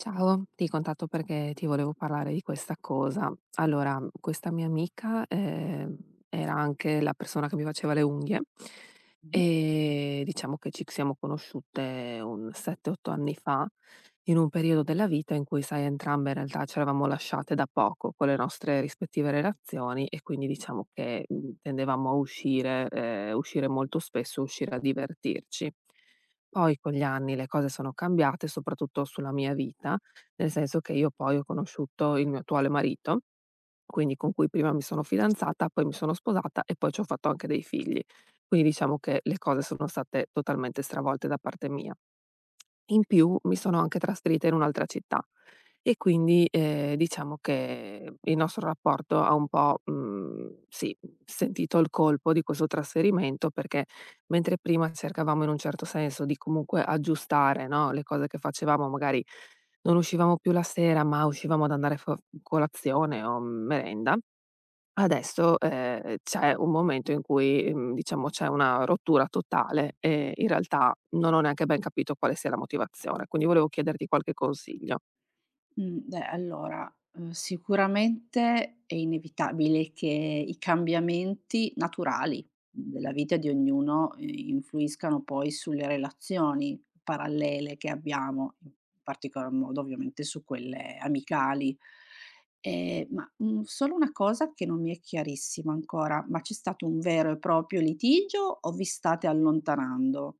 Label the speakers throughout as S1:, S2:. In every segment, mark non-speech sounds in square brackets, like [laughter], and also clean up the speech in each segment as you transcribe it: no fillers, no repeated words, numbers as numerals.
S1: Ciao, ti contatto perché ti volevo parlare di questa cosa. Allora, questa mia amica, era anche la persona che mi faceva le unghie
S2: Mh-mh.
S1: e diciamo che ci siamo conosciute un 7-8 anni fa, in un periodo della vita in cui, sai, entrambe in realtà ci eravamo lasciate da poco con le nostre rispettive relazioni e quindi diciamo che, tendevamo a uscire, uscire molto spesso, uscire a divertirci. Poi con gli anni le cose sono cambiate, soprattutto sulla mia vita, nel senso che io poi ho conosciuto il mio attuale marito, quindi con cui prima mi sono fidanzata, poi mi sono sposata e poi ci ho fatto anche dei figli. Quindi diciamo che le cose sono state totalmente stravolte da parte mia. In più mi sono anche trasferita in un'altra città e quindi, diciamo che il nostro rapporto ha un po', sì, sentito il colpo di questo trasferimento, perché mentre prima cercavamo in un certo senso di comunque aggiustare, no, le cose che facevamo, magari non uscivamo più la sera, ma uscivamo ad andare fu colazione o merenda. Adesso, c'è un momento in cui, diciamo c'è una rottura totale e in realtà non ho neanche ben capito quale sia la motivazione, quindi volevo chiederti qualche consiglio.
S2: Mhmm, Beh, allora, sicuramente è inevitabile che i cambiamenti naturali della vita di ognuno, influiscano poi sulle relazioni parallele che abbiamo, in particolar modo ovviamente su quelle amicali. Solo una cosa che non mi è chiarissima ancora: ma c'è stato un vero e proprio litigio o vi state allontanando?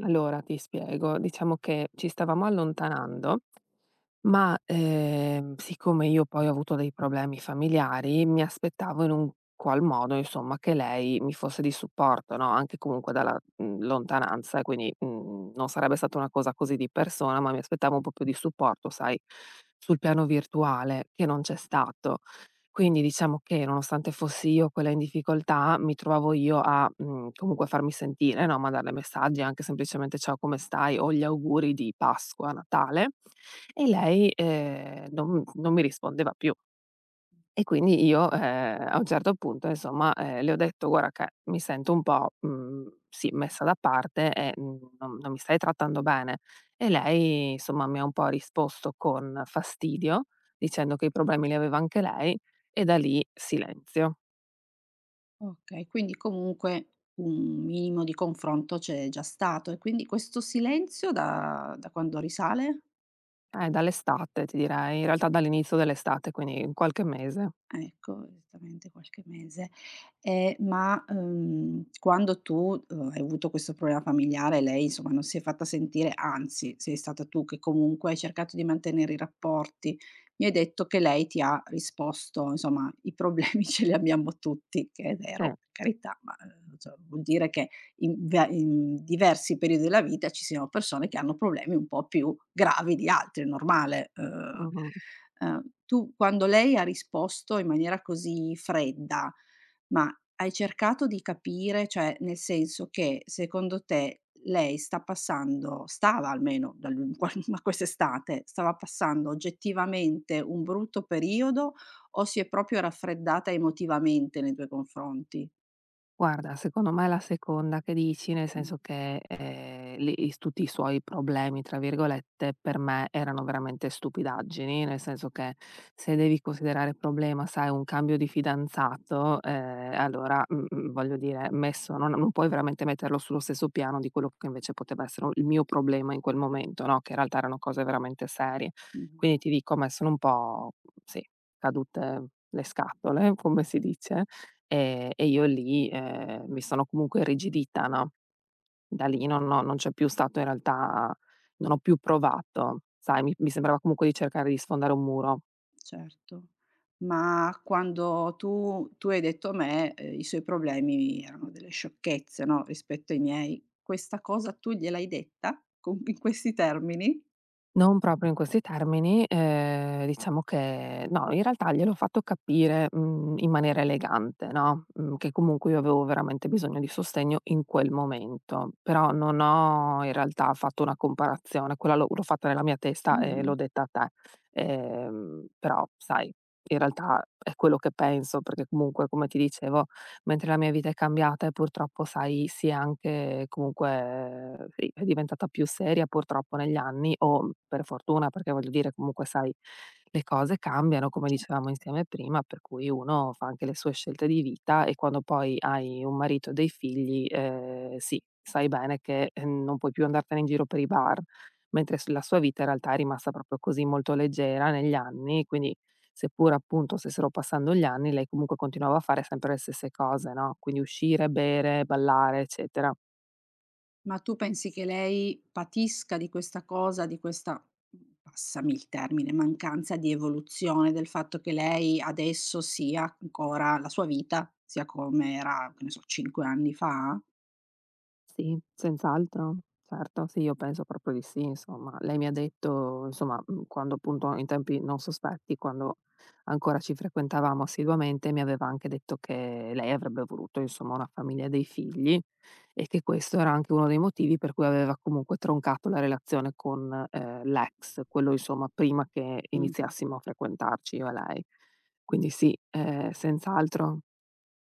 S1: Allora ti spiego, diciamo che ci stavamo allontanando. Ma, siccome io poi ho avuto dei problemi familiari, mi aspettavo in un qual modo, insomma, che lei mi fosse di supporto, no, anche comunque dalla, lontananza, e quindi, non sarebbe stata una cosa così di persona, ma mi aspettavo un po' più di supporto, sai, sul piano virtuale, che non c'è stato. Quindi diciamo che nonostante fossi io quella in difficoltà, mi trovavo io a, comunque farmi sentire, no, mandarle messaggi, anche semplicemente: "Ciao, come stai?" o gli auguri di Pasqua, Natale, e lei, non mi rispondeva più. E quindi io, a un certo punto insomma, le ho detto: "Guarda che mi sento un po', sì, messa da parte e, non mi stai trattando bene". E lei insomma mi ha un po' risposto con fastidio, dicendo che i problemi li aveva anche lei e da lì silenzio.
S2: Okay, quindi comunque un minimo di confronto c'è già stato e quindi questo silenzio da quando risale?
S1: Dall'estate ti direi, in realtà dall'inizio dell'estate, quindi in qualche mese.
S2: Ah, ecco, esattamente qualche mese. Quando tu hai avuto questo problema familiare, lei insomma non si è fatta sentire, anzi sei stata tu che comunque hai cercato di mantenere i rapporti. Mi hai detto che lei ti ha risposto, insomma: "I problemi [laughs] ce li abbiamo tutti", che è
S1: Sì,
S2: vero, per carità, ma, cioè vuol dire che in diversi periodi della vita ci siano persone che hanno problemi un po' più gravi di altri, è normale.
S1: mh-mh.
S2: Tu quando lei ha risposto in maniera così fredda, ma hai cercato di capire, cioè nel senso che secondo te lei stava almeno dal [laughs] qua ma quest'estate, stava passando oggettivamente un brutto periodo o si è proprio raffreddata emotivamente nei tuoi confronti?
S1: Guarda, secondo me è la seconda che dici, nel
S2: Mh,
S1: senso che, li is tutti i suoi "problemi", tra virgolette, per me erano veramente stupidaggini, nel senso che se devi considerare problema, sai, un cambio di fidanzato, allora, voglio dire, messo non puoi veramente metterlo sullo stesso piano di quello che invece poteva essere un il mio problema in quel momento, no, che in realtà erano cose veramente serie.
S2: mh-mh.
S1: Quindi ti dico, a me sono un po' sì, cadute le scatole, [laughs] come si dice. E io lì, mi sono comunque irrigidita, no, da lì non c'è più stato, in realtà non ho più provato, sai, mi sembrava comunque di cercare di sfondare un muro.
S2: Certo. Ma quando tu hai detto a me, i suoi problemi erano delle sciocchezze, no, rispetto ai miei, questa cosa tu gliel'hai detta con in questi termini?
S1: Non proprio in questi termini, diciamo che no, in realtà gliel'ho fatto capire, in maniera elegante, no, che comunque io avevo veramente bisogno di sostegno in quel momento, però non ho in realtà fatto una comparazione, quella l'ho fatta nella mia testa e
S2: Mh-mh.
S1: l'ho detta a te. Però sai, in realtà è quello che penso, perché comunque come ti dicevo, mentre la mia vita è cambiata e purtroppo, sai, si è anche comunque sì, è diventata più seria purtroppo negli anni o per fortuna, perché voglio dire comunque, sai, le cose cambiano, come dicevamo insieme prima, per cui uno fa anche le sue scelte di vita e quando poi hai un marito e dei figli, sì, sai bene che, non puoi più andartene in giro per i bar, mentre s la sua vita in realtà è rimasta proprio così molto leggera negli anni, quindi seppur appunto stessero passando gli anni, lei comunque continuava a fare sempre le stesse cose, no, quindi uscire, bere, ballare, eccetera.
S2: Ma tu pensi che lei patisca di questa cosa, di questa, passami il termine, mancanza di evoluzione, del fatto che lei adesso sia ancora la sua vita sia come era, che ne so, 5 anni fa?
S1: Sì, senz'altro. Certo, sì, io penso proprio di sì, insomma. Lei mi ha detto, insomma, quando appunto in tempi non sospetti, quando ancora ci frequentavamo assiduamente, mi aveva anche detto che lei avrebbe voluto, insomma, una famiglia e dei figli e che questo era anche uno dei motivi per cui aveva comunque troncato la relazione con, l'ex, quello insomma prima che
S2: Mh-mh.
S1: iniziassimo a frequentarci io e lei. Quindi sì, senz'altro.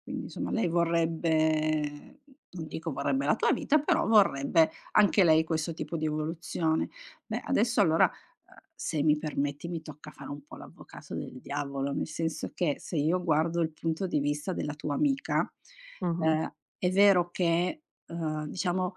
S2: Quindi insomma lei vorrebbe non dico vorrebbe la tua vita, però vorrebbe anche lei questo tipo di evoluzione. Beh, adesso allora, se mi permetti mi tocca fare un po' l'avvocato del diavolo, nel senso che se io guardo il punto di vista della tua amica,
S1: Mh-mh,
S2: è vero che, diciamo,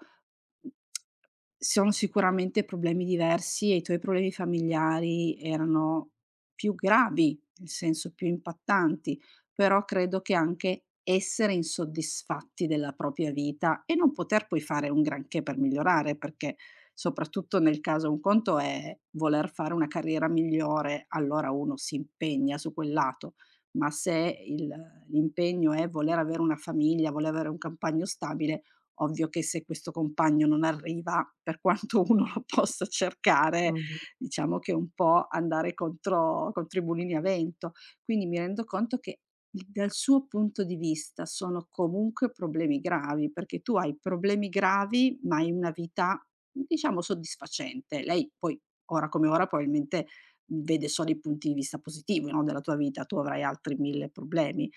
S2: sono sicuramente problemi diversi e i tuoi problemi familiari erano più gravi, nel senso più impattanti, però credo che anche essere insoddisfatti della propria vita e non poter poi fare un granché per migliorare, perché soprattutto nel caso un conto è voler fare una carriera migliore, allora uno si impegna su quel lato, ma se il l'impegno è voler avere una famiglia, voler avere un compagno stabile, ovvio che se questo compagno non arriva, per quanto [laughs] uno lo possa cercare,
S1: mh-mh,
S2: diciamo che è un po' andare contro i mulini a vento. Quindi mi rendo conto che dal suo punto di vista sono comunque problemi gravi, perché tu hai problemi gravi, ma hai una vita, diciamo, soddisfacente. Lei poi, ora come ora, probabilmente vede solo i punti di vista positivi, no, della tua vita, tu avrai altri 1000 problemi.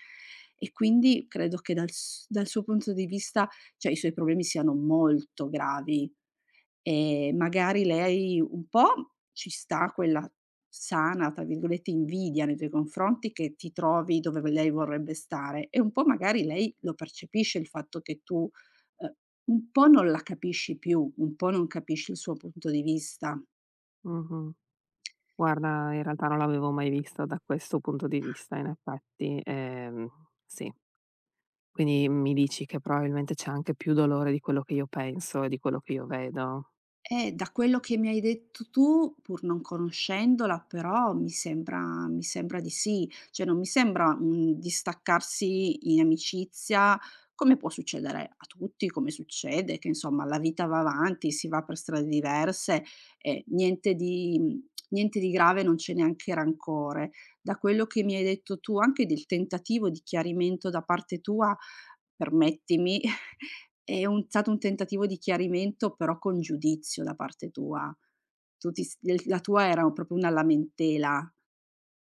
S2: E quindi credo che dal suo punto di vista, cioè i suoi problemi siano molto gravi. Magari lei un po' ci sta quella "sana" tra virgolette, invidia nei tuoi confronti che ti trovi dove v lei vorrebbe stare e un po' magari lei lo percepisce il fatto che tu, uhm, un po' non la capisci più, un po' non capisci il suo punto di vista.
S1: mh-mh. Guarda, in realtà non l'avevo mai vista da questo punto di vista, in effetti. Sì. Quindi mi dici che probabilmente c'è anche più dolore di quello che io penso e di quello che io vedo.
S2: Da quello che mi hai detto tu, pur non conoscendola, però mi sembra di sì. Cioè, non mi sembra un distaccarsi in amicizia, come può succedere a tutti, come succede che insomma la vita va avanti, si va per strade diverse e niente di niente di grave, non c'è neanche rancore. Da quello che mi hai detto tu, anche del tentativo di chiarimento da parte tua, permettimi, [laughs] è un stato un tentativo di chiarimento, però con giudizio da parte tua. Tu ti s l La tua era proprio una lamentela.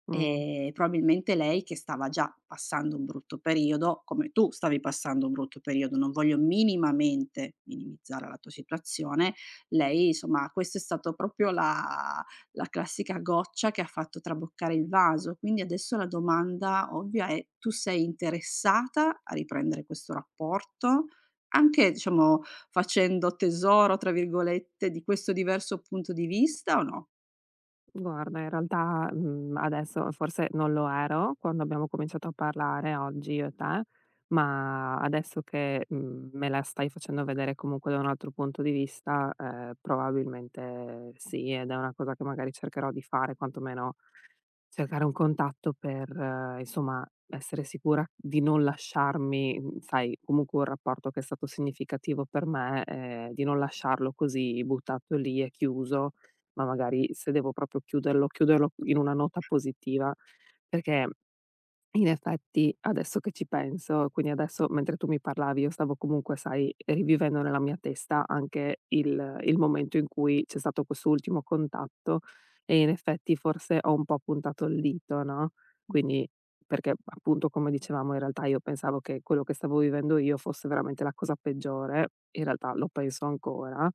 S1: Mh.
S2: Probabilmente lei che stava già passando un brutto periodo, come tu stavi passando un brutto periodo, non voglio minimamente minimizzare la tua situazione, lei insomma questo è stato proprio la classica goccia che ha fatto traboccare il vaso. Quindi adesso la domanda ovvia è: tu sei interessata a riprendere questo rapporto? Anche diciamo facendo "tesoro", tra virgolette, di questo diverso punto di vista o no?
S1: Guarda, in realtà, adesso forse non lo ero quando abbiamo cominciato a parlare oggi io e te, ma adesso che, me la stai facendo vedere comunque da un altro punto di vista, probabilmente sì, ed è una cosa che magari cercherò di fare, quantomeno cercare un contatto per, insomma, essere sicura di non lasciarmi, sai, comunque un rapporto che è stato significativo per me, di non lasciarlo così buttato lì e chiuso, ma magari se devo proprio chiuderlo, chiuderlo in una nota positiva, perché in effetti adesso che ci penso, quindi adesso mentre tu mi parlavi, io stavo comunque, sai, rivivendo nella mia testa anche il momento in cui c'è stato questo ultimo contatto e in effetti forse ho un po' puntato il dito, no? Quindi, perché appunto come dicevamo, in realtà io pensavo che quello che stavo vivendo io fosse veramente la cosa peggiore, in realtà lo penso ancora.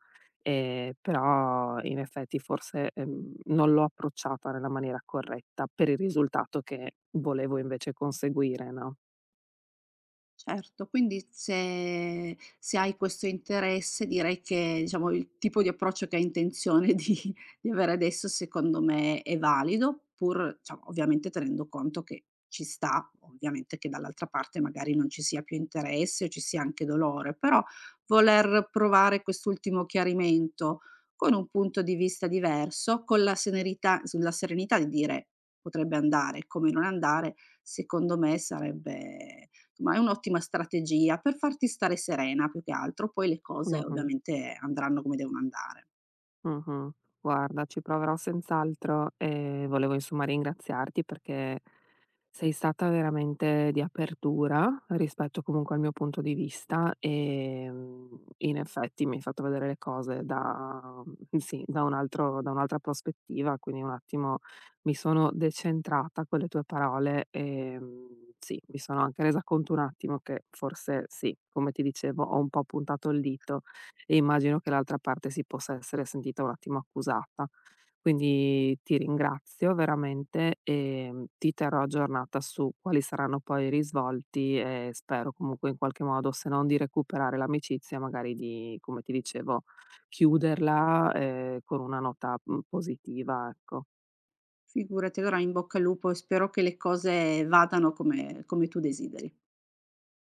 S1: Però in effetti forse, non l'ho approcciata nella maniera corretta per il risultato che volevo invece conseguire, no.
S2: Certo, quindi se hai questo interesse direi che, diciamo, il tipo di approccio che hai intenzione [laughs] di avere adesso secondo me è valido, pur diciamo, ovviamente tenendo conto che ci sta, ovviamente, che dall'altra parte magari non ci sia più interesse o ci sia anche dolore, però voler provare quest'ultimo chiarimento con un punto di vista diverso, con la senerità sulla serenità di dire: "Potrebbe andare, come non andare", secondo me sarebbe ma è un'ottima strategia per farti stare serena più che altro, poi le cose
S1: Mh-mh.
S2: ovviamente andranno come devono andare.
S1: Mh-mh. Guarda, ci proverò senz'altro e volevo insomma ringraziarti perché sei stata veramente di apertura rispetto comunque al mio punto di vista, in effetti mi hai fatto vedere le cose da sì, da un'altra prospettiva, quindi un attimo mi sono decentrata con le tue parole, sì, mi sono anche resa conto un attimo che forse sì, come ti dicevo, ho un po' puntato il dito e immagino che l'altra parte si possa essere sentita un attimo accusata. Quindi ti ringrazio veramente e mm, ti terrò aggiornata su quali saranno poi i risvolti e spero comunque in qualche modo, se non di recuperare l'amicizia, magari di, come ti dicevo, chiuderla con una nota mm, positiva, ecco.
S2: Figurati, allora in bocca al lupo e spero che le cose vadano come tu desideri.